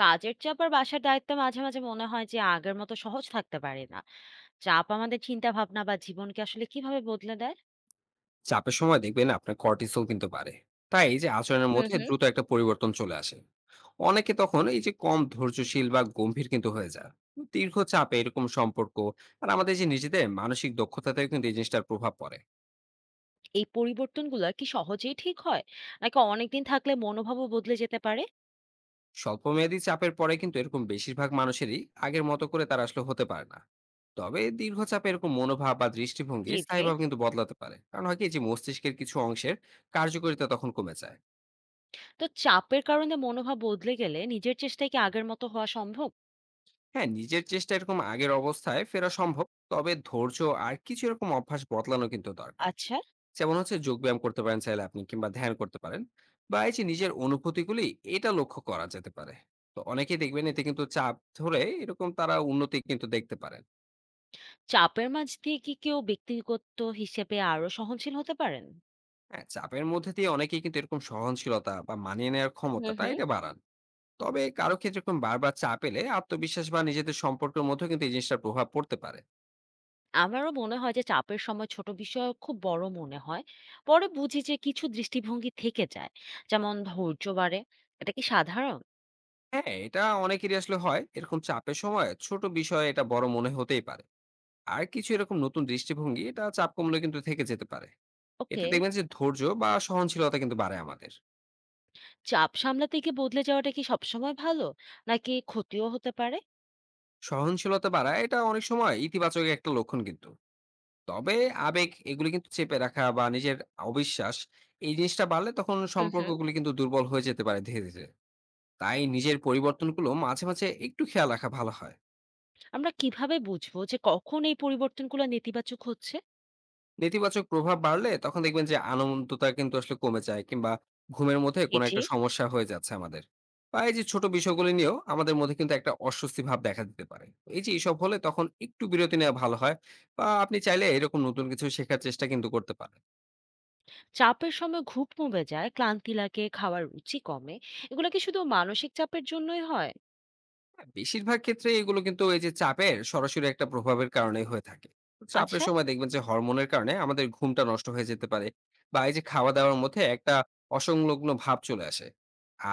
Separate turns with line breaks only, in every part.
কাজের চাপ আর বাসার দায়িত্ব মাঝে মাঝে মনে হয় যে আগের মতো সহজ থাকতে পারে না। চাপ আমাদের চিন্তা ভাবনা বা জীবনকে আসলে কিভাবে বদলে দেয়?
চাপের সময় দেখবেন আপনার কর্টিসল কিন্তু বাড়ে। তাই এই যে আচরণের
হুম
মধ্যে
হুম।
দ্রুত একটা পরিবর্তন চলে আসে। অনেকে তখন এই যে কম ধৈর্যশীল বা গম্ভীর কিন্তু হয়ে যায়। দীর্ঘ চাপে এরকম সম্পর্ক আর আমাদের যে নিজেদের মানসিক দক্ষতাতেও কিন্তু এই জিনিসটার প্রভাব পড়ে।
এই পরিবর্তনগুলো কি সহজেই ঠিক হয়, নাকি অনেকদিন থাকলে মনোভাবও বদলে যেতে পারে?
স্বল্পমেয়াদী চাপের পরে কিন্তু এরকম বেশিরভাগ মানুষেরই আগের মতো করে তারা আসলে হতে পারে না। তবে দীর্ঘ চাপে এরকম মনোভাব বা দৃষ্টিভঙ্গি
জি জি।
স্থায়ীভাবে কিন্তু বদলাতে পারে, কারণ হয় কি যে মস্তিষ্কের কিছু অংশের কার্যকারিতা তখন কমে যায়।
তো চাপের কারণে মনোভাব বদলে গেলে নিজের চেষ্টায় কি আগের মতো হওয়া সম্ভব?
হ্যাঁ, নিজের চেষ্টা এরকম আগের অবস্থায় ফেরা সম্ভব। তবে ধৈর্য আর কিছু এরকম অভ্যাস বদলানো কিন্তু দরকার।
আচ্ছা।
যেমন হচ্ছে যোগব্যায়াম করতে পারেন চাইলে আপনি, কিংবা ধ্যান করতে পারেন। বা এই যে নিজের অনুভূতিগুলি এটা লক্ষ্য করা যেতে পারে। তো অনেকেই দেখবেন এতে কিন্তু চাপ ধরে এরকম তারা উন্নতি কিন্তু দেখতে পারেন।
চাপের মাঝ দিয়ে কি কেউ ব্যক্তিগত হিসেবে আরো সহনশীল হতে পারেন?
হ্যাঁ, চাপের মধ্যে দিয়ে অনেকেই কিন্তু এরকম সহনশীলতা বা মানিয়ে নেওয়ার
হুম
ক্ষমতাটা
হুম।
এটা বাড়ান। তবে কারো ক্ষেত্রে এরকম বারবার চাপ এলে আত্মবিশ্বাস বা নিজেদের সম্পর্কের মধ্যেও কিন্তু এই জিনিসটার প্রভাব পড়তে পারে।
আমারও মনে হয় যে চাপের সময় ছোট বিষয় খুব বড় মনে হয়। পরে বুঝি যে কিছু দৃষ্টিভঙ্গি থেকে যায়, যেমন ধৈর্য বাড়ে। এটা কি সাধারণ?
হ্যাঁ, এটা অনেকেরই আসলে হয়। এরকম চাপের সময় ছোট বিষয় এটা বড় মনে হতেই পারে। আর কিছু এরকম নতুন দৃষ্টিভঙ্গি এটা চাপ কমলে কিন্তু থেকে যেতে পারে। এতে
ওকে।
দেখবেন যে ধৈর্য বা সহনশীলতা কিন্তু বাড়ে আমাদের।
চাপ সামলাতে গিয়ে বদলে যাওয়াটা কি সবসময় ভালো, নাকি ক্ষতিও হতে পারে?
সহনশীলতা বাড়ায় এটা অনেক সময় ইতিবাচক একটা লক্ষণ কিন্তু। তবে আবেগ এগুলো কিন্তু চেপে রাখা বা নিজের অবিশ্বাস এই জিনিসটা বাড়লে তখন
হুম হুম।
সম্পর্কগুলো কিন্তু দুর্বল হয়ে যেতে পারে ধীরে, ধীরে। তাই নিজের পরিবর্তনগুলো মাঝে, মাঝে একটু খেয়াল রাখা ভালো হয়।
আমরা কিভাবে বুঝবো যে কখন এই পরিবর্তনগুলো নেতিবাচক হচ্ছে?
নেতিবাচক প্রভাব বাড়লে তখন দেখবেন যে আনন্দটা কিন্তু আসলে কমে যায়, কিংবা ঘুমের মধ্যে
জি
কোনো
জি।
একটা সমস্যা হয়ে যাচ্ছে আমাদের। বা এই যে ছোট বিষয়গুলি নিয়েও আমাদের মধ্যে কিন্তু একটা অস্বস্তি ভাব দেখা দিতে পারে। তো এই যে এইসব হলে তখন একটু বিরতি নেওয়া ভালো হয়, বা আপনি চাইলে এরকম নতুন কিছু শেখার চেষ্টা কিন্তু করতে পারেন।
চাপের সময় ঘুম কমে যায়, ক্লান্তি লাগে, খাওয়ার রুচি কমে। এগুলো কি শুধু মানসিক চাপের জন্যই হয়?
বেশিরভাগ ক্ষেত্রে এগুলো কিন্তু এই যে চাপের সরাসরি একটা প্রভাবের কারণেই হয়ে থাকে। তো চাপের
আচ্ছা।
সময় দেখবেন যে হরমোনের কারণে আমাদের ঘুমটা নষ্ট হয়ে যেতে পারে, বা এই যে খাওয়া দাওয়ার মধ্যে একটা অসংলগ্ন ভাব চলে আসে।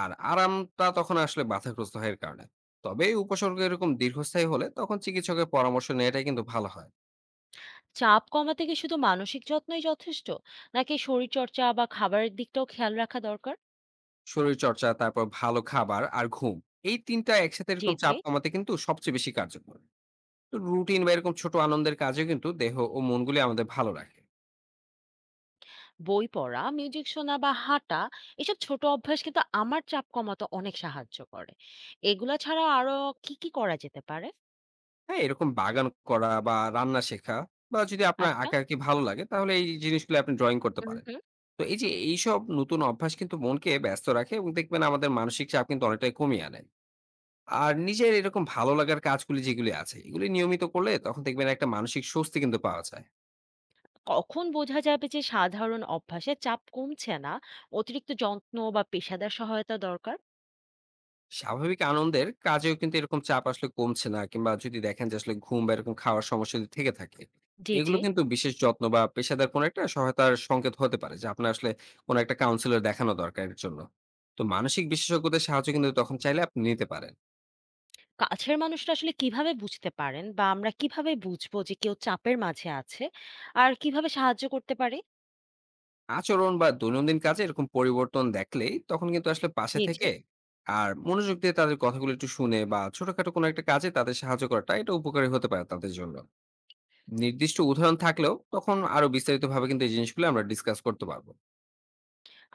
আর আরামটা তখন আসলে বাধাগ্রস্ত হয় এর কারণে। তবে এই উপসর্গ এরকম দীর্ঘস্থায়ী হলে তখন চিকিৎসকের পরামর্শ নেওয়াটাই কিন্তু ভালো হয়।
চাপ কমাতে কি শুধু মানসিক যত্নই যথেষ্ট, নাকি শরীরচর্চা বা খাবারের দিকটাও খেয়াল রাখা দরকার?
শরীর চর্চা, তারপর ভালো খাবার আর ঘুম, এই তিনটা একসাথে
জি
এরকম
জি।
চাপ কমাতে কিন্তু সবচেয়ে বেশি কার্যকর। তো রুটিন বা এরকম ছোট আনন্দের কাজে কিন্তু দেহ ও মনগুলি আমাদের ভালো রাখে।
বই পড়া, মিউজিক শোনা বা হাঁটা, এসব ছোট অভ্যাস কিন্তু আমার চাপ কমাতে অনেক সাহায্য করে। এগুলা ছাড়া আরো কি কি করা যেতে পারে?
হ্যাঁ, এরকম বাগান করা বা রান্না শেখা, বা যদি আপনার
আচ্ছা।
আঁকাআঁকি ভালো লাগে তাহলে এই জিনিসগুলো আপনি ড্রয়িং করতে
হুম
পারেন।
হুম।
তো এই যে এইসব নতুন অভ্যাস কিন্তু মনকে ব্যস্ত রাখে এবং দেখবেন আমাদের মানসিক চাপ কিন্তু অনেকটাই কমিয়ে আনে। আর নিজের এরকম ভালো লাগার কাজগুলি যেগুলি আছে এগুলি নিয়মিত করলে তখন দেখবেন একটা মানসিক স্বস্তি কিন্তু পাওয়া যায়।
কখন বোঝা যাবে যে সাধারণ অভ্যাসে চাপ কমছে না, অতিরিক্ত যত্ন বা পেশাদার সহায়তা দরকার?
স্বাভাবিক আনন্দের কাজেও কিন্তু এরকম চাপ আসলে কমছে না, কিংবা যদি দেখেন যে আসলে ঘুম বা এরকম খাওয়ার সমস্যা যদি থেকে থাকে,
জি
এগুলো
জি।
কিন্তু বিশেষ যত্ন বা পেশাদার কোনো একটা সহায়তার সংকেত হতে পারে যে আপনার আসলে কোনো একটা কাউন্সিলর দেখানো দরকার এর জন্য। তো মানসিক বিশেষজ্ঞদের সাহায্য কিন্তু তখন চাইলে আপনি নিতে পারেন।
কাছের মানুষরা আসলে কিভাবে বুঝতে পারেন, বা আমরা কিভাবে বুঝবো যে কেউ চাপের মাঝে আছে আর কিভাবে সাহায্য করতে পারে?
আচরণ বা দৈনন্দিন কাজে এরকম পরিবর্তন দেখলেই তখন কিন্তু আসলে পাশে
জি, জি।
থেকে আর মনোযোগ দিয়ে তাদের কথাগুলো একটু শুনে, বা ছোটখাটো কোনো একটা কাজে তাদের সাহায্য করাটা এটা উপকারী হতে পারে তাদের জন্য। নির্দিষ্ট উদাহরণ থাকলেও তখন আরো বিস্তারিতভাবে কিন্তু এই জিনিসগুলো আমরা ডিসকাস করতে পারবো।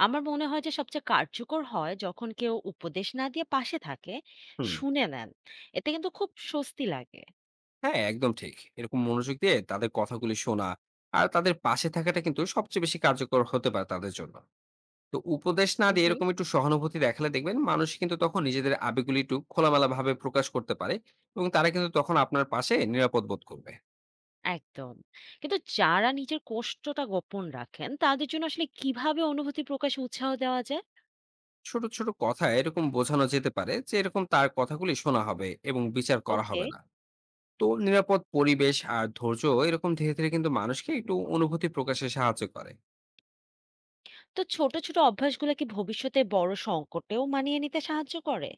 আমার মনে হয় যে সবচেয়ে কার্যকর হয় যখন কেউ উপদেশ না দিয়ে পাশে থাকে,
হুম।
শুনে নেন। এতে কিন্তু খুব স্বস্তি লাগে।
হ্যাঁ, একদম ঠিক। এরকম মনোযোগ দিয়ে তাদের কথাগুলি শোনা আর তাদের পাশে থাকাটা কিন্তু সবচেয়ে বেশি কার্যকর হতে পারে তাদের জন্য। তো উপদেশ না
হুম,
দিয়ে
হুম।
এরকম একটু সহানুভূতি দেখালে দেখবেন মানুষ কিন্তু তখন নিজেদের আবেগগুলি একটু খোলামেলাভাবে প্রকাশ করতে পারে, এবং তারা কিন্তু তখন আপনার পাশে নিরাপদ বোধ করবে।
একদম। কিন্তু যারা নিজের কষ্টটা গোপন রাখেন, তাদের জন্য আসলে কিভাবে অনুভূতি প্রকাশে উৎসাহ দেওয়া যায়?
ছোট, ছোট কথায় এরকম বোঝানো যেতে পারে যে এরকম তার কথাগুলি শোনা হবে এবং বিচার করা
ওকে।
হবে না। তো নিরাপদ পরিবেশ আর ধৈর্য এরকম ধীরে ধীরে কিন্তু মানুষকে একটু অনুভূতি প্রকাশে সাহায্য করে।
তো ছোট, ছোট অভ্যাসগুলো কি ভবিষ্যতে বড় সংকটেও মানিয়ে নিতে সাহায্য করে?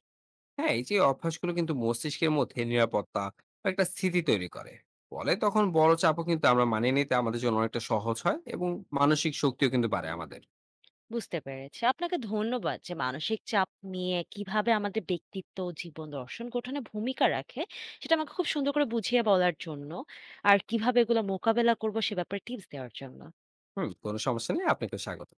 হ্যাঁ, এই যে অভ্যাসগুলো কিন্তু মস্তিষ্কের মধ্যে নিরাপত্তা বা একটা স্থিতি তৈরি করে। ফলে তখন বড় চাপও কিন্তু আমরা মানিয়ে নিতে আমাদের জন্য অনেকটা সহজ হয় এবং মানসিক শক্তিও কিন্তু বাড়ে আমাদের।
বুঝতে পেরেছি। আপনাকে ধন্যবাদ যে মানসিক চাপ নিয়ে কিভাবে আমাদের ব্যক্তিত্ব ও জীবন দর্শন গঠনে ভূমিকা রাখে সেটা আমাকে খুব সুন্দর করে বুঝিয়ে বলার জন্য, আর কিভাবে এগুলো মোকাবেলা করবো সে ব্যাপারে টিপস দেওয়ার জন্য।
হুম, কোনো সমস্যা নেই, আপনাকে স্বাগত।